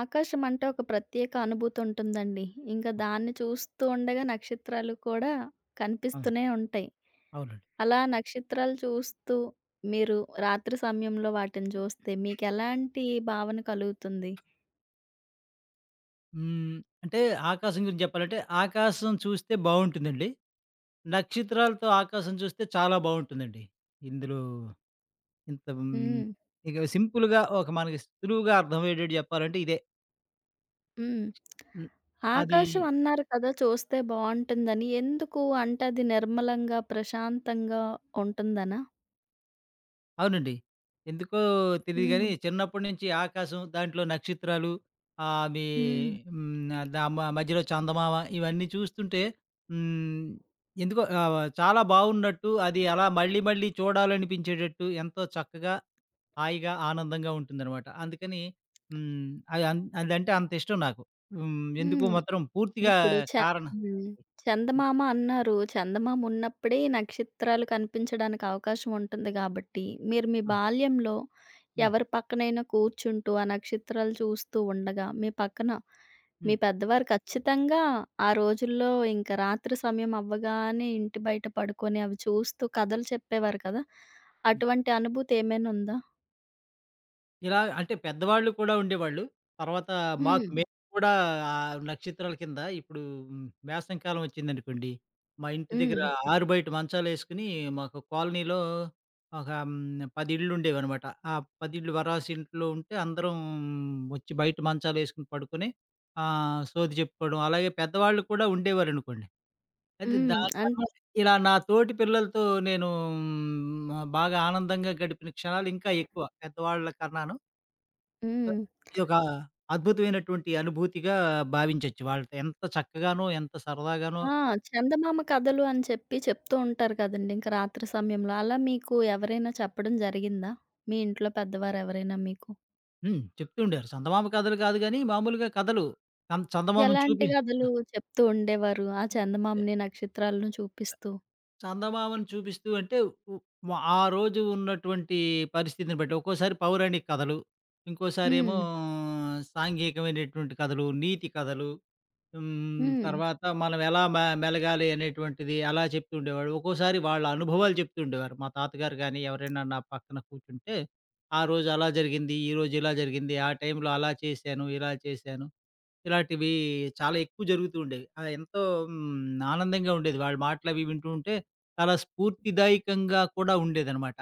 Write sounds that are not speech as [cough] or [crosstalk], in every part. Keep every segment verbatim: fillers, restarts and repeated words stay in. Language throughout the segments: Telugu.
ఆకాశం అంటే ఒక ప్రత్యేక అనుభూతి ఉంటుందండి. ఇంకా దాన్ని చూస్తూ ఉండగా నక్షత్రాలు కూడా అవును. కనిపిస్తూనే ఉంటాయి. అవునండి. అలా నక్షత్రాలు చూస్తూ మీరు రాత్రి సమయంలో వాటిని చూస్తే మీకెలాంటి భావన కలుగుతుంది? హ్మ్. అంటే ఆకాశం గురించి చెప్పాలంటే, ఆకాశం చూస్తే బావుంటుందండి. నక్షత్రాలతో ఆకాశం చూస్తే చాలా బావుంటుందండి. ఇందులో ఇంత హ్మ్. హ్మ్. ఇక సింపుల్‌గా ఒక మనకి సులువుగా అర్థమయ్యేటట్టు చెప్పాలంటే ఇదే. హ్మ్. హ్మ్. అది ఆకాశం అన్నారు కదా! చూస్తే బావుంటుందని. ఎందుకు అంటే అది నిర్మలంగా, ప్రశాంతంగా ఉంటుందనా? అవునండి. ఎందుకో తెలీదు గానీ, హ్మ్. చిన్నప్పటి నుంచి ఆకాశం, దాంట్లో నక్షత్రాలు, ఆహ్, అవి హ్మ్. హ్మ్. ద మ మధ్యలో చందమామ ఇవన్నీ చూస్తుంటే హ్మ్. ఎందుకో ఆహ్, చాలా బావున్నట్టు, అది అలా మళ్ళీ, మళ్ళీ చూడాలనిపించేటట్టు ఎంతో చక్కగా, హాయిగా, ఆనందంగా ఉంటుందనమాట. అందుకని హ్మ్. అది అన్ అదంటే అంత ఇష్టం నాకు. హ్మ్. ఎందుకో హ్మ్. మాత్రం పూర్తిగా ఇప్పుడు చ కారణం హ్మ్. చందమామ అన్నారు. చందమామ ఉన్నప్పుడే ఈ నక్షత్రాలు కనిపించడానికి అవకాశం ఉంటుంది గాబట్టి, మీరు మీ ఆ! బాల్యంలో హ్మ్. ఎవరి పక్కనైనా కూర్చుంటూ, ఆ నక్షత్రాలు చూస్తూ ఉండగా, మీ పక్కన హ్మ్. మీ హ్మ్. పెద్దవారు ఖచ్చితంగా ఆ రోజుల్లో ఇంక రాత్రి సమయం అవ్వగానే ఇంటి బయట పడుకొని అవి చూస్తూ కథలు చెప్పేవారు కదా! అటువంటి అనుభూతి ఏమైనా ఉందా? ఇలా అంటే పెద్దవాళ్ళు కూడా ఉండేవాళ్ళు. తర్వాత మాకు హ్మ్. మేము కూడా ఆ నక్షత్రాల కింద ఇప్పుడు మ్, వేసవి కాలం వచ్చిందనుకోండి, మా ఇంటి దగ్గర హ్మ్. ఆరుబయట మంచాలేసుకొని మాకు కాలనీలో ఒక హ్మ్, పది ఇళ్ళుండేవనమాట. ఆ పది ఇళ్ళు వరాసి ఇంట్లో ఉంటే అందరం వచ్చి బయట మంచాలేసుకొని పడుకొని ఆహ్, సోది చెప్పుకోవడం. అలాగే పెద్దవాళ్ళు కూడా ఉండేవారనుకోండి. అయితే హ్మ్. అన్ దానికన్నా ఇలా నా తోటి పిల్లలతో నేను హ్మ్, బాగా ఆనందంగా గడిపిన క్షణాలు ఇంకా ఎక్కువ పెద్దవాళ్ళ కన్నాను. సో, హ్మ్. ఇదొక అద్భుతమైనటువంటి అనుభూతిగా భావించొచ్చు. వాళ్ళతో ఎంత చక్కగానో, ఎంత సరదాగానో ఆ! చందమామ కథలు అని చెప్పి చెప్తూ ఉంటారు కదండీ! ఇంక రాత్రి సమయంలో. అలా మీకు ఎవరైనా చెప్పడం జరిగిందా? మీ ఇంట్లో పెద్దవారెవరైనా మీకు? హ్మ్. చెప్తూ ఉండేవారు. చందమామ కథలు కాదు గానీ, మామూలుగా కథలు. చం చందమామను ఎలాంటి చూపి ఆ! కథలు చెప్తూ ఉండేవారు? ఆ చందమామని, నక్షత్రాలను చూపిస్తూ? చందమామను చూపిస్తూ అంటే ఉ వ ఆ రోజు ఉన్నటువంటి పరిస్థితిని బట్టి ఒక్కోసారి పౌరాణిక కథలు, ఇంకోసారేమో హ్మ్. సాంఘికమైనటువంటి కథలు, నీతి కథలు, హ్మ్. హ్మ్. తర్వాత మనం ఎలా మె మెలగాలి అనేటువంటిది అలా చెప్తూ ఉండేవాడు. ఒక్కోసారి వాళ్ళ అనుభవాలు చెప్తూ ఉండేవారు. మా తాతగారు గాని ఎవరైనా నా పక్కన కూర్చుంటే, "ఆ రోజు అలా జరిగింది, ఈరోజు ఇలా జరిగింది, ఆ టైంలో అలా చేశాను, ఇలా చేశాను." ఇలాంటివి చాలా ఎక్కువ జరుగుతూ ఉండేవి. ఆహ్, ఎంతో హ్మ్, ఆనందంగా ఉండేది. వాళ్ళ మాటలవి వింటూ ఉంటే చాలా స్ఫూర్తిదాయకంగా కూడా ఉండేదనమాట.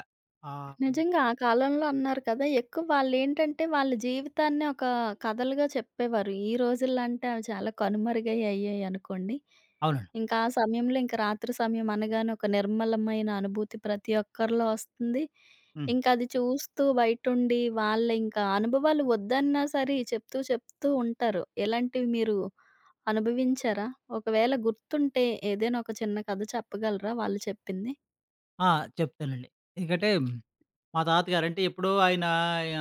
ఆ! హ్మ్. నిజంగా ఆ కాలంలో అన్నారు కదా! ఎక్కువ వాళ్ళేంటంటే వాళ్ళ జీవితాన్నే ఒక కథలుగా చెప్పేవారు. ఈ రోజుల్లో అంటే అవి చాలా కనుమరుగై అయ్యాయనుకోండి. అవునండి. ఇంకా ఆ సమయంలో ఇంక రాత్రి సమయం అనగానే ఒక నిర్మలమైన అనుభూతి ప్రతి ఒక్కరిలో వస్తుంది. హ్మ్. ఇంక అది చూస్తూ బయటుండి వాళ్ళ ఇంకా అనుభవాలు వద్దన్నా సరే చెప్తూ చెప్తూ ఉంటారు. ఇలాంటివి మీరు అనుభవించారా? ఒకవేళ గుర్తుంటే ఏదైనా ఒక చిన్న కథ చెప్పగలరా వాళ్ళు చెప్పింది? ఆ! చెప్తానండి. ఎందుకంటే మా తాతగారంటే ఎప్పుడో ఆయన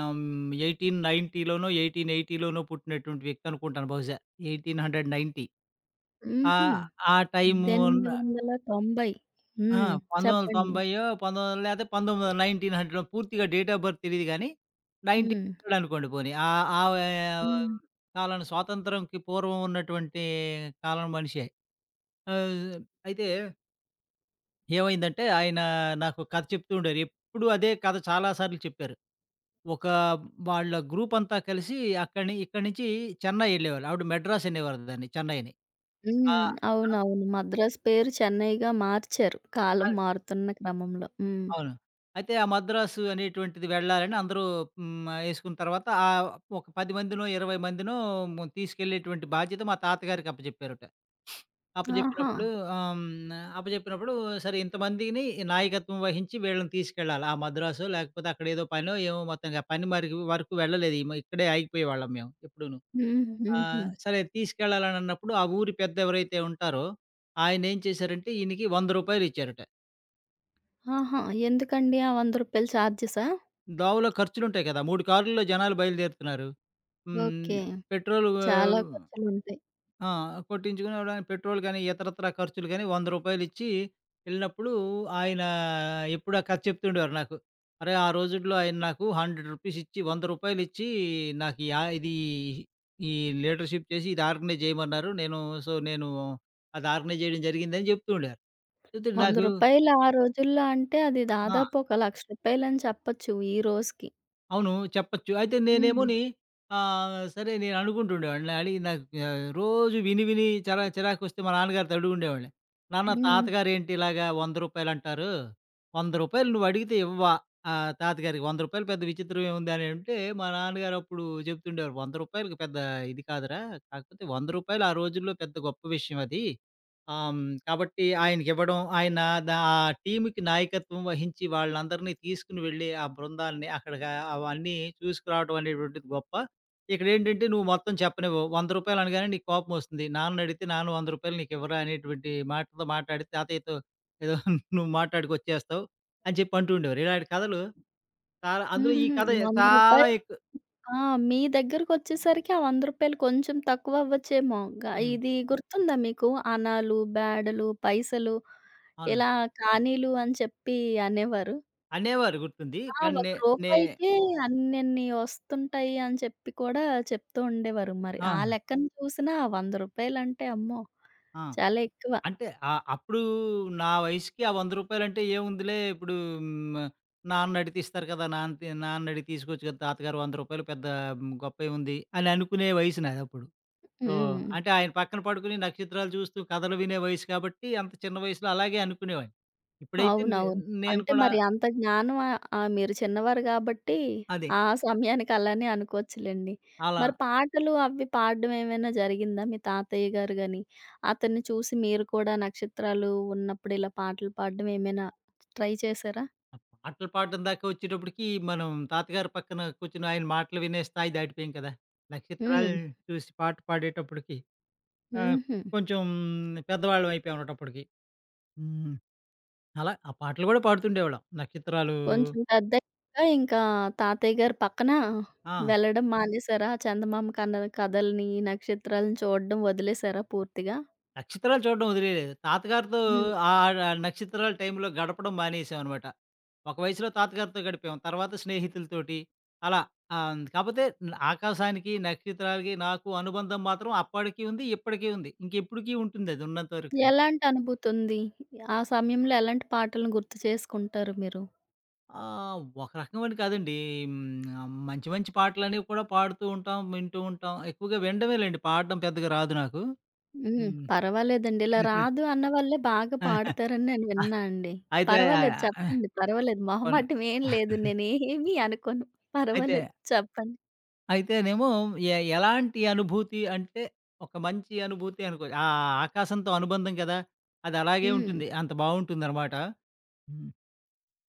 ఆహ్, 1890లోనో, 1880లోనో పుట్టినటువంటి వ్యక్తి అనుకుంటాను బహుశా. వెయ్యి ఎనిమిది వందల తొంభై ఆ! హుహు. ఆ టైమున వెయ్యి ఎనిమిది వందల తొంభై. ఆ! హ్మ్. చెప్పండి. వెయ్యి తొమ్మిది వందల తొంభై పందొమ్మిది లేతే వెయ్యి తొమ్మిది వందలు, వెయ్యి తొమ్మిది వందలు పూర్తిగా డేట్ ఆఫ్ బర్త్ తెలీదు గానీ, హ్మ్. వెయ్యి తొమ్మిది వందలు అనుకోండి పోనీ. ఆహ్, ఆ ఆ, హ్మ్. కాలం స్వాతంత్రంకి పూర్వం ఉన్నటువంటి కాలం మనిషే. ఆహ్, అయితే ఏమైందంటే ఆయన నాకు కథ చెప్తూ ఉండారు. ఎప్పుడూ అదే కథ చాలా సార్లు చెప్పారు. ఒక వాళ్ళ గ్రూప్ అంతా కలిసి అక్కడి ఇక్కడి నుంచి చెన్నై ఎళ్ళేవాళ్ళు. ఆవిడ మద్రాస్ అనేవారు దాన్ని చెన్నైని. హ్మ్. అవునవును. మద్రాసు పేరు చెన్నైగా మార్చారు ఆ! కాలం మారుతున్న క్రమంలో. హ్మ్. అవును. అయితే ఆ మద్రాసు అనేటువంటిది వెళ్ళాలని అందరూ హ్మ్. యేసుకున్న తర్వాత ఆహ్, ఒక పది మందినో, ఇరవై మందినో మ్, తీసుకెళ్ళేటువంటి బాధ్యత మా తాతగారికి అప్పజెప్పారట. ఆహా! అప్పజెప్పినప్పుడు ఆహ్, హ్మ్. అప్పజెప్పినప్పుడు సరే ఇంతమందిని నాయకత్వం వహించి వీళ్ళని తీసుకెళ్ళాలి. ఆ మద్రాసో లేకపోతే అక్కడ ఏదో పనో ఏమో మొత్తంగా పని మరి వరకు వెళ్ళలేదు. ఈమ ఇక్కడే ఆగిపోయేవాళ్ళం మేము ఎప్పుడూను. హ్మ్. హుహు. ఆహ్, సరే తీసుకెళ్ళాలనన్నప్పుడు ఆ ఊరి పెద్ద ఎవరైతే ఉంటారో ఆయనేం చేశారంటే ఈయనకి రూ. వంద ఇచ్చారట. ఆహా! ఎందుకండి ఆ రూ. వంద చార్జెసా? దోవలో ఖర్చులుంటాయి కదా! మూడు కార్‌ల్లో జనాలు బయలుదేరుతున్నారు. హ్మ్. ఓకే. పెట్రోల్ చాలా ఆహ్, ఖర్చులుంటాయి. ఆ! కొట్టించుకునేవడానికి పెట్రోల్ గాని, ఇతరత్రా ఖర్చులు గాని రూ. వంద ఇచ్చి వెళ్ళినప్పుడు ఆయన ఎప్పుడు ఆ కథ చెప్తుండేవారు నాకు. "అరే! ఆ రోజుల్లో ఆయన నాకు రూ. వంద ఇచ్చి రూ. వంద ఇచ్చి నాకు యా ఇది ఈ లీడర్‌షిప్ చేసి ఇది ఆర్గనైజ్ చేయమన్నారు. నేను సో, నేను అది ఆర్గనైజ్ చేయడం జరిగింది" అని చెప్తూ ఉండేవారు. రూ. చెప్తే వంద నాకు ఆ రోజుల్లో అంటే అది ఆ! దాదాపు ఒక రూ. ఒక,లక్ష అని చెప్పొచ్చు ఈ రోజుకి. అవును. చెప్పొచ్చు. అయితే హ్మ్. నేనేమోని ఆహ్, సరే నేను అనుకుంటుండేవాడిని. అడిగి నాకు ఆహ్, రోజు విని విని చిరా చిరాకొస్తే మా నాన్నగారితో అడుగుండేవాడిని. నాన్న హ్మ్. తాతగారేంటి ఇలాగా రూ. వంద "రూ. వంద నువ్వు అడిగితే ఇవ్వవా ఆహ్, తాతగారికి? రూ. వంద పెద్ద విచిత్రం ఏముంది" అని అంటే మా నాన్నగారు అప్పుడు చెప్తుండేవారు. "రూ. 100కి పెద్ద ఇది కాదురా. కాకపోతే రూ. వంద ఆ రోజుల్లో పెద్ద గొప్ప విషయం అది." ఆ! హ్మ్. కాబట్టి ఆయనకివ్వడం, ఆయన దా ఆ టీమ్‌కి నాయకత్వం వహించి వాళ్ళందరినీ తీసుకొని వెళ్ళి ఆ బృందాల్ని అక్కడికి అవన్నీ చూసుకురావడం అనేటువంటిది గొప్ప. ఇక్కడేంటంటే నువ్వు మొత్తం చెప్పనివ్వవు. రూ. వంద అనగానే నీకు కోపమొస్తుంది. నాన్ననడిగితే నాన్న రూ. వంద నీకివ్వరా అనేటువంటి మాటతో మాట్లాడి తాతయ్యతో ఏదో [laughs] నువ్వు మాట్లాడుకొచ్చేస్తావు అని చెప్పి అంటూ ఉండేవారు. ఇలాంటి కథలు చాలా అందులో ఈ హుహు. కథ రూ. వంద. చాలా ఎక్కువ. ఆ! మీ దగ్గరకొచ్చేసరికి ఆ రూ. వంద కొంచెం తక్కువ అవ్వచ్చేమో. గ హ్మ్. ఇది గుర్తుందా మీకు? అణాలు, బేడలు, పైసలు అవునండి. ఇలా కానీలు అని చెప్పి అనేవారు. అనేవారు గుర్తుంది. ఆ! కానీ ఒక నే నే రూపాయికే అన్నిన్ని వస్తుంటాయి అని చెప్పి కూడా చెప్తూ ఉండేవారు. మరి ఆ! ఆ లెక్కన చూసినా రూ. వంద అమ్మో! ఆ! చాలా ఎక్కువ. అంటే ఆహ్, అప్పుడు నా వయసుకి ఆ రూ. వంద అంటే ఏముందిలే ఇప్పుడు హ్మ్. నాన్న అడిగితే ఇస్తారు కదా! నాన్న తి నాన్న అడిగి తీసుకొచ్చు కదా! తాతగారు రూ. వంద పెద్ద గొప్పేముంది అని అనుకునే వయసు నాదప్పుడు. సో, హ్మ్. అంటే ఆయన పక్కన పడుకుని నక్షత్రాలు చూస్తూ కథలు వినే వయసు కాబట్టి అంత చిన్న వయసులో అలాగే అనుకునేవాడిని. ఇప్పుడైతే నే అవునవును. నేను అంటే కూడా మరి అంత జ్ఞానం ఆహ్, ఆహ్, మీరు చిన్నవారు గాబట్టి అదే ఆ సమయానికి అలానే అనుకోవచ్చులెండి. అలా మరి పాటలు అవి పాడడం ఏమైనా జరిగిందా? మీ తాతయ్య గారు గాని, అతన్ని చూసి మీరు కూడా నక్షత్రాలు ఉన్నప్పుడు ఇలా పాటలు పాడడం ఏమైనా ట్రై చేశారా? పాటలు పాడడం దాకా వచ్చేటప్పటికి మనం తాతగారి పక్కన కూర్చొని ఆయన మాటలు వినే స్థాయి దాటిపోయాం కదా! నక్షత్రాలు హ్మ్. చూసి పాట పాడేటప్పటికి ఆ! హుహు. కొంచెం పెద్దవాళ్ళం అయిపోయామటప్పటికి. హ్మ్. అలా ఆ పాటలు గూడా పాడుతుండేవాళ్ళం. నక్షత్రాలు కొంచెం పెద్దయ్యాక ఇంకా తాతయ్య గారి పక్కన ఆ! వెళ్ళడం మానేసారా? చందమామ కన కథలని, నక్షత్రాలను చూడడం వదిలేసారా పూర్తిగా? నక్షత్రాలు చూడడం వదిలేయలేదు. తాతగారితో హ్మ్. ఆహ్, ఆ నక్షత్రాల టైంలో గడపడం మానేసామనమాట. ఒక వయసులో తాతగారితో గడిపాం. తర్వాత స్నేహితులతోటి అలా. ఆహ్, కాపోతే ఆకాశానికి, నక్షత్రాలకి నాకు అనుబంధం మాత్రం అప్పటికి ఉంది, ఇప్పటికి ఉంది. ఇంకెప్పటికి ఉంటుందది ఉన్నంత వరకు. ఎలాంటి అనుభూతుంది? ఆ సమయంలో ఎలాంటి పాటలను గుర్తు చేసుకుంటారు మీరు? ఆ! ఒక రకమని కాదండి. హ్మ్. మంచి మంచి పాటలనేవి కూడా పాడుతూ ఉంటాం, వింటూ ఉంటాం. ఎక్కువగా వినడమేలెండి. పాడడం పెద్దగా రాదు నాకు. హ్మ్. హ్మ్. పర్వాలేదండి. ఇలా [laughs] రాదు అన్న వాళ్ళే బాగా పాడతారని నేను విన్నా అండి. అయితే పర్వాలేదు ఆహ్, చెప్పండి. పర్వాలేదు. కొన్ మొహమాటం ఏం లేదు. నేనేమీ అనుకోను. అయితే పర్వాలేదు చెప్పండి. అయితేనేమో ఎ ఎలాంటి అనుభూతి అంటే, ఒక మంచి అనుభూతి అనుకోవచ్చు. ఆ ఆకాశంతో అనుబంధం కదా! అది అలాగే హ్మ్. ఉంటుంది. అంత బావుంటుందనమాట. హ్మ్.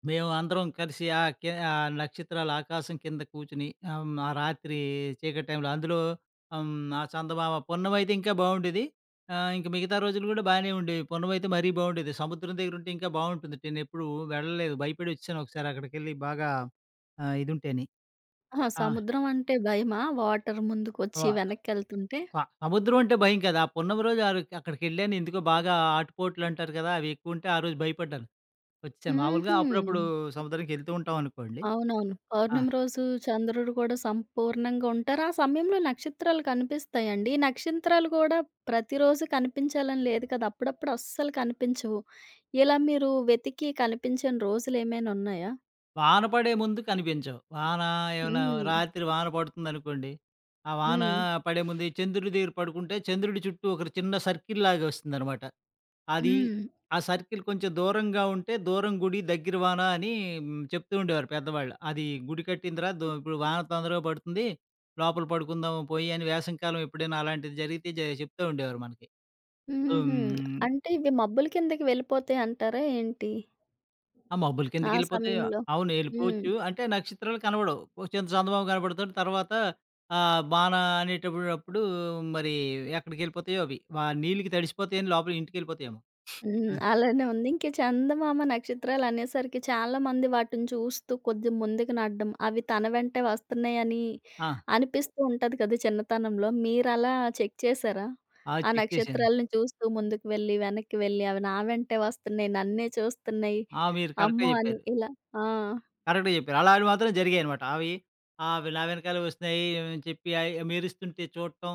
మేమందరం కలిసి ఆ కి ఆ నక్షత్రాల ఆకాశం కింద కూర్చొని, ఆహ్, హ్మ్, ఆ రాత్రి చీకటి టైంలో అందులో హ్మ్, ఆ చందమామ పూర్ణిమయితే ఇంకా బావుండేది. ఆహ్, ఇంక మిగతా రోజులు గూడా బానే ఉండేవి. పూర్ణిమయితే మరీ బావుండేది. సముద్రం దగ్గరుంటే ఇంకా బావుంటుంది. నేనెప్పుడూ వెళ్ళలేదు. భయపడొచ్చేసాను ఒకసారి అక్కడికెళ్ళి బాగా ఆహ్, ఇదుంటేని. ఆహా! ఆ! సముద్రం అంటే భయమా? వాటర్ ముందుకొచ్చి వ వెనక్కెళ్తుంటే? స సముద్రం అంటే భయం కాదు. ఆ పూర్ణిమ రోజు ఆరో అక్కడికెళ్ళాను ఎందుకో బాగా ఆటుపోట్లంటారు కదా! అవెక్కువుంటే ఆ రోజు భయపడ్డాను. వచ్చేసాను. హుహు. మామూలుగా అప్పుడప్పుడు సముద్రంకెళ్తూ ఉంటామనుకోండి. అవునవును. ఆ! పౌర్ణమి రోజు చంద్రుడు కూడా సంపూర్ణంగా ఉంటారు. ఆ సమయంలో నక్షత్రాలు కనిపిస్తాయండి. ఈ నక్షత్రాలు కూడా ప్రతిరోజు కనిపించాలని లేదు కదా! అప్పుడప్పుడు అస్సలు కనిపించవు. ఇలా మీరు వెతికి కనిపించని రోజులేమైనా ఉన్నాయా? వాన పడే ముందు కనిపించవు. వాన ఏమైనా హ్మ్. రాత్రి వాన పడుతుందనుకోండి, ఆ వాన హ్మ్. పడే ముందు ఈ చంద్రుడి దగ్గర పడుకుంటే చంద్రుడి చుట్టూ ఒక చిన్న సర్కిల్‌లాగా వస్తుందనమాట. అది హ్మ్. ఆ సర్కిల్ కొంచెం దూరంగా ఉంటే దూరం గుడి, దగ్గర వాన అని హ్మ్, చెప్తూ ఉండేవారు పెద్దవాళ్ళు. అది గుడి కట్టిన తర్వాత దో ఇప్పుడు వాన తొందరగా పడుతుంది, లోపల పడుకుందాం పోయి అని వేసవి కాలం ఎప్పుడైనా అలాంటిది జరిగితే జ చెప్తూ ఉండేవారు మనకి. సో హుహు. హ్మ్ అంటే ఇవి మబ్బుల కిందకి వెళ్ళిపోతాయి అంటారా ఏంటి? ఆ! మబ్బుల ఆ కిందకెళ్ళిపోతే సమయంలో? అవును. హ్మ్. ఎళ్ళిపోవచ్చు. అంటే నక్షత్రాలు కనబడవు. ఒక చింత చందమామ కనపడతాడు. తర్వాత ఆహ్, వాన అనేటప్పుడప్పుడు మరి ఎక్కడికెళ్ళిపోతాయో అవి. వా నీళ్ళకి తడిసిపోతాయని లోపల ఇంటికెళ్ళిపోతాయేమో. హ్మ్. అలానే ఉంది. ఇంక చందమామ నక్షత్రాలనేసరికి చాలామంది వాటిని చూస్తూ కొద్దిగా ముందుకు నడడం, అవి తన వెంటే వస్తున్నాయని ఆ! అనిపిస్తూ ఉంటది కదా చిన్నతనంలో. మీరలా చెక్ చేశారా? ఆ! ఆ చెక్ చేశాను. నక్షత్రాలను చూస్తూ ముందుకు వెళ్ళి, వెనక్కి వెళ్ళి, అవి నా వెంటే వస్తున్నాయి, నన్నే చూస్తున్నాయి, ఆ! మీరు కరెక్టే అమ్మో! అని చెప్పారు. ఇలా ఆ! కరెక్ట్‌గా చెప్పారు. అలాంటివి మాత్రం జరిగాయనమాట. అవి అవి నా వెనకాలే వస్తున్నాయి అని చెప్పి అయి మెరుస్తుంటే చూడటం,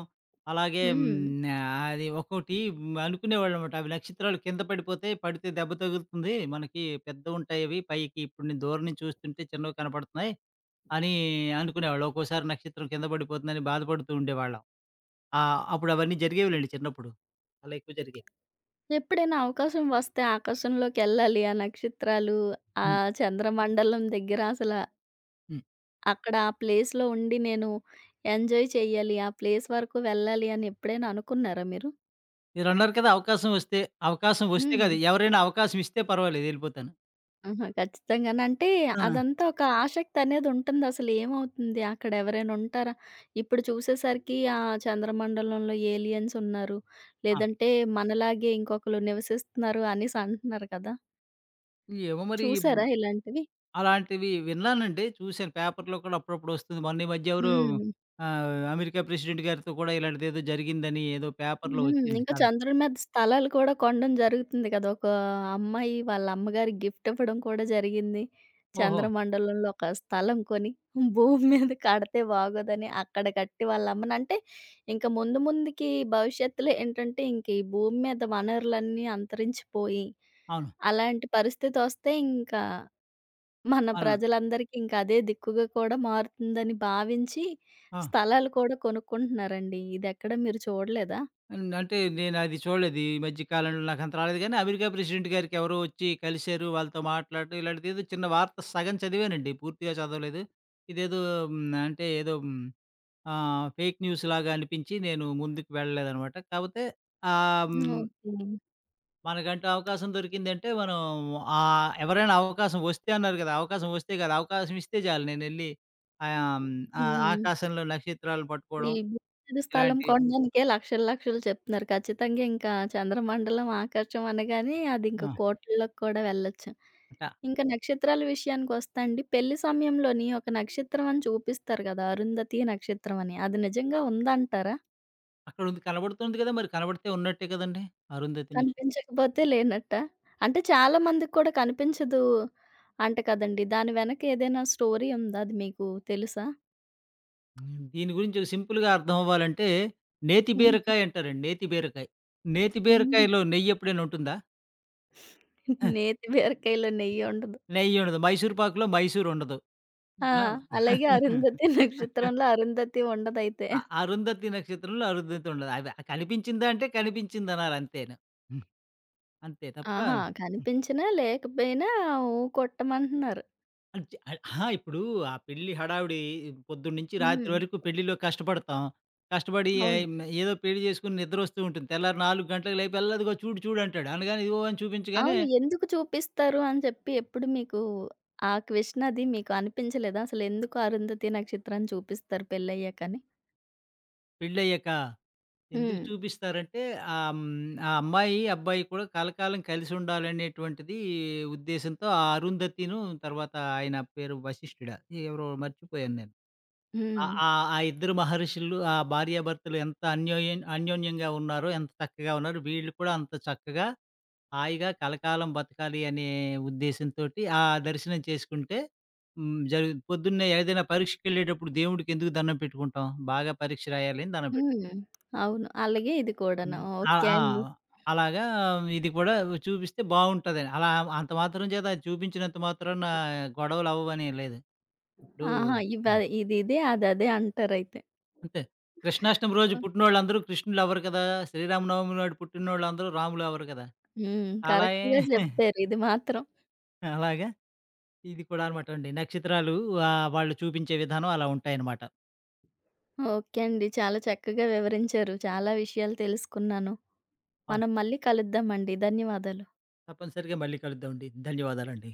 అలాగే హ్మ్. హ్మ్, ఆహ్, అది ఒక్కోటి అనుకునేవాళ్ళనమాట. అవి నక్షత్రాలు కింద పడిపోతే పడితే దెబ్బ తగులుతుంది. మనకి పెద్దవుంటాయి అవి. పైకి ఇప్పుడు నేను దూరం నుంచి చూస్తుంటే చిన్నవి కనపడుతున్నాయి అని అనుకునేవాళ్ళం. ఒక్కోసారి నక్షత్రం కింద పడిపోతుందని బాధపడుతూ ఉండేవాళ్ళం. ఆహ్, అప్పుడు అవన్నీ జరిగేవిలెండి చిన్నప్పుడు. అలా ఎక్కువ జరిగాయి. ఎప్పుడైనా అవకాశం వస్తే ఆకాశంలోకెళ్ళాలి. ఆ నక్షత్రాలు, ఆ హ్మ్. చంద్రమండలం దగ్గర అసల హ్మ్. అక్కడ ఆ ప్లేస్‌లో ఉండి నేను ఎంజాయ్ చేయాలి. ఆ ప్లేస్ వరకు వెళ్ళాలి అని ఎప్పుడైనా అనుకున్నారా మీరు? మీరన్నారు కదా! అవకాశం వస్తే, అవకాశం వస్తే హ్మ్. కాదు ఎవరైనా అవకాశం ఇస్తే పర్వాలేదు ఎళ్ళిపోతాను. ఆహా! ఖచ్చితంగాను. అంటే ఆ! అదంతా ఒక ఆసక్తి అనేది ఉంటుంది. అసలు ఏమవుతుంది? అక్కడ ఎవరైనా ఉంటారా? ఇప్పుడు చూసేసరికి ఆ చంద్రమండలంలో ఏలియన్స్ ఉన్నారు. ఆ! లేదంటే మనలాగే ఇంకొకళ్ళు నివసిస్తున్నారు అనేసి అంటున్నారు కదా! ఏమో మరి చూసారా ఇలాంటివి? అలాంటివి విన్నానండి. చూసాను పేపర్‌లో కూడా అప్పుడప్పుడు వస్తుంది. మొన్న ఈ మధ్య ఎవరో హ్మ్. ఆహ్, అమెరికా ప్రెసిడెంట్ గారితో కూడా ఇలాంటిదేదో జరిగిందని ఏదో పేపర్‌లో హ్మ్. వచ్చింది. ఇంకా కదా! చంద్రుడి మీద స్థలాలు కూడా కొనడం జరుగుతుంది కదా! ఒక అమ్మాయి వాళ్ళ అమ్మగారికి గిఫ్ట్ ఇవ్వడం కూడా జరిగింది. ఓహో! చంద్రమండలంలో ఒక స్థలం కొని భూమి మీద కడితే బాగోదని అక్కడ కట్టి వాళ్ళ అమ్మని అంటే ఇంక ముందు ముందుకి భవిష్యత్తులో ఏంటంటే ఇంక ఈ భూమి మీద వనరులన్నీ అంతరించిపోయి అవును. అలాంటి పరిస్థితొస్తే ఇంకా మన అవును. ప్రజలందరికీ ఇంకా అదే దిక్కుగా కూడా మారుతుందని భావించి ఆ! స్థలాలు కూడా కొనుక్కుంటున్నారండి. ఇదెక్కడ మీరు చూడలేదా? హ్మ్. అంటే నేను అది చూడలేదు. ఈ మధ్య కాలంలో నాకంత రాలేదు గానీ అమెరికా ప్రెసిడెంట్ గారికి ఎవరో వచ్చి కలిసారు. వాళ్ళతో మాట్లాడటం ఇలాంటిదేదో చిన్న వార్త సగం చదివానండి. పూర్తిగా చదవలేదు. ఇదేదో హ్మ్. అంటే ఏదో హ్మ్. ఆహ్, ఫేక్ న్యూస్‌లాగా అనిపించి నేను ముందుకు వెళ్ళలేదనమాట. కాపోతే ఆహ్, హ్మ్ ఓకే. మనకంటూ అవకాశం దొరికిందంటే మనం ఆహ్, ఎవరైనా అవకాశం వస్తే అన్నారు కదా! అవకాశం వస్తే కాదు, అవకాశం ఇస్తే చాలు నేనెళ్ళి ఆహ్, హ్మ్, ఆ హ్మ్. ఆకాశంలో నక్షత్రాలను ఈ పట్టుకోవడం భూమిది స్థలం ఇలాంటివి కొనడానికే లక్షలు లక్షలు చెప్తున్నారు. ఖచ్చితంగా ఇంకా చంద్రమండలం, ఆకాశం అనగానే అది ఇంక ఆ! కోట్లలోకి కూడా వెళ్ళొచ్చు. అట ఇంకా నక్షత్రాల విషయానికొస్తే అండి, పెళ్లి సమయంలోని ఒక నక్షత్రం అని చూపిస్తారు కదా! అరుంధతి నక్షత్రం అని. అది నిజంగా ఉందంటారా? అక్కడుంది కనబడుతుంది కదా! మరి కనబడితే ఉన్నట్టే కదండీ! అరుంధతి నక్ష కనిపించకపోతే లేనట్టా? అంటే చాలా మందికి కూడా కనిపించదు అంట కదండీ! దాని వెనక ఏదైనా స్టోరీ ఉందా? అది మీకు తెలుసా? హ్మ్. దీని గురించి ఒక సింపుల్‌గా అర్థం అవ్వాలంటే నేతి హుహు. బీరకాయ అంటారండి. నేతి బీరకాయ. నేతి హుహు. బీరకాయలో నెయ్యి ఎప్పుడైనా ఉంటుందా? [laughs] [laughs] నేతి బీరకాయలో నెయ్యుండదు. నెయ్యి ఉండదు. మైసూర్ పాకులో మైసూర్ ఉండదు. ఆ! ఆ! అలాగే 'అరుంధతి [laughs] నక్షత్రంలో' అరుంధతి ఉండదైతే. అ అరుంధతి నక్షత్రంలో అరుంధతి ఉండదు. అది కనిపించిందా అంటే కనిపించిందనాలి అంతేను. హ్మ్. అంతే తప్ప ఆహా! హ్మ్. కనిపించినా, లేకపోయినా ఊ కొట్టమంటున్నారు. అంటే ఆహ్, అహా! ఇప్పుడు ఆ పెళ్లి హడావిడి పొద్దున్నుంచి రాత్రి హ్మ్. వరకు పెళ్లిలో కష్టపడతాం. కష్టపడి ఆహ్, అవును. హ్మ్, ఏదో పెళ్లి చేసుకొని నిద్రొస్తూ ఉంటుంది. తెల్లారి నాలుగు గంటలకు లేపి, "అల్ల అదిగో చూడు చూడు" అంటాడు. అనగానే ఇదిగో అని చూపించగానే అవును. ఎందుకు చూపిస్తారు అని చెప్పి ఎప్పుడు మీకు ఆ క్వెషన్ అది మీకు అనిపించలేదా? అసలు ఎందుకు 'అరుంధతి నక్షత్రాన్ని' చూపిస్తారు పెళ్లయ్యాకని? పెళ్లయ్యాక ఎందుకు హ్మ్. చూపిస్తారంటే ఆ హ్మ్, ఆ అమ్మాయి, అబ్బాయి కూడా కలకాలం కలిసుండాలనేటువంటిది ఉద్దేశంతో ఆ అరుంధతిను తర్వాత ఆయన పేరు వశిష్ఠుడా? ఎవరో మర్చిపోయాను నేను. ఆ హ్మ్. ఆ ఆ ఇద్దరు మహర్షులు ఆ భార్యాభర్తలు ఎంత అన్యోన్యం అన్యోన్యంగా ఉన్నారో, ఎంత చక్కగా ఉన్నారో వీళ్ళు కూడా అంత చక్కగా, హాయిగా కలకాలం బతకాలి అనే ఉద్దేశంతోటి ఆ దర్శనం చేసుకుంటే హ్మ్, జరుగు పొద్దున్నే ఏదైనా పరీక్షకెళ్ళేటప్పుడు దేవుడికెందుకు దండం పెట్టుకుంటాం? బాగా పరీక్ష రాయాలని దండం పెట్టుకుంటాం. హ్మ్. అవును. అలాగే ఇది కూడాను. హ్మ్. ఆ! ఓకే ఆ! అండి. అలాగా ఇది కూడా చూపిస్తే బావుంటదని. అలా అంత మాత్రం చేత చూపించినంత మాత్రాన గొడవలవ్వని లేదు. ఇప్పుడు ఆహా! ఇవ హ్మ్. ఇదిదే, అదదే అంటారైతే. అంతే. కృష్ణాష్టమి రోజు ఆ! పుట్టినోళ్ళందరూ కృష్ణులవ్వరు కదా! శ్రీరామనవమి నాడు పుట్టినోళ్ళందరూ రాములవ్వరు కదా! హ్మ్. అలాగే కరెక్ట్‌గా [laughs] చెప్పారు ఇది మాత్రం. అలాగా ఇది కూడా అనమాటండి. నక్షత్రాలు ఆహ్, వాళ్ళు చూపించే విధానం అలా ఉంటాయన్నమాట. ఓకే అండి. చాలా చక్కగా వివరించారు. చాలా విషయాలు తెలుసుకున్నాను. అవును. మనం మళ్ళీ కలుద్దామండి. ధన్యవాదాలు. తప్పనిసరిగా మళ్ళీ కలుద్దామండి. ధన్యవాదాలండి.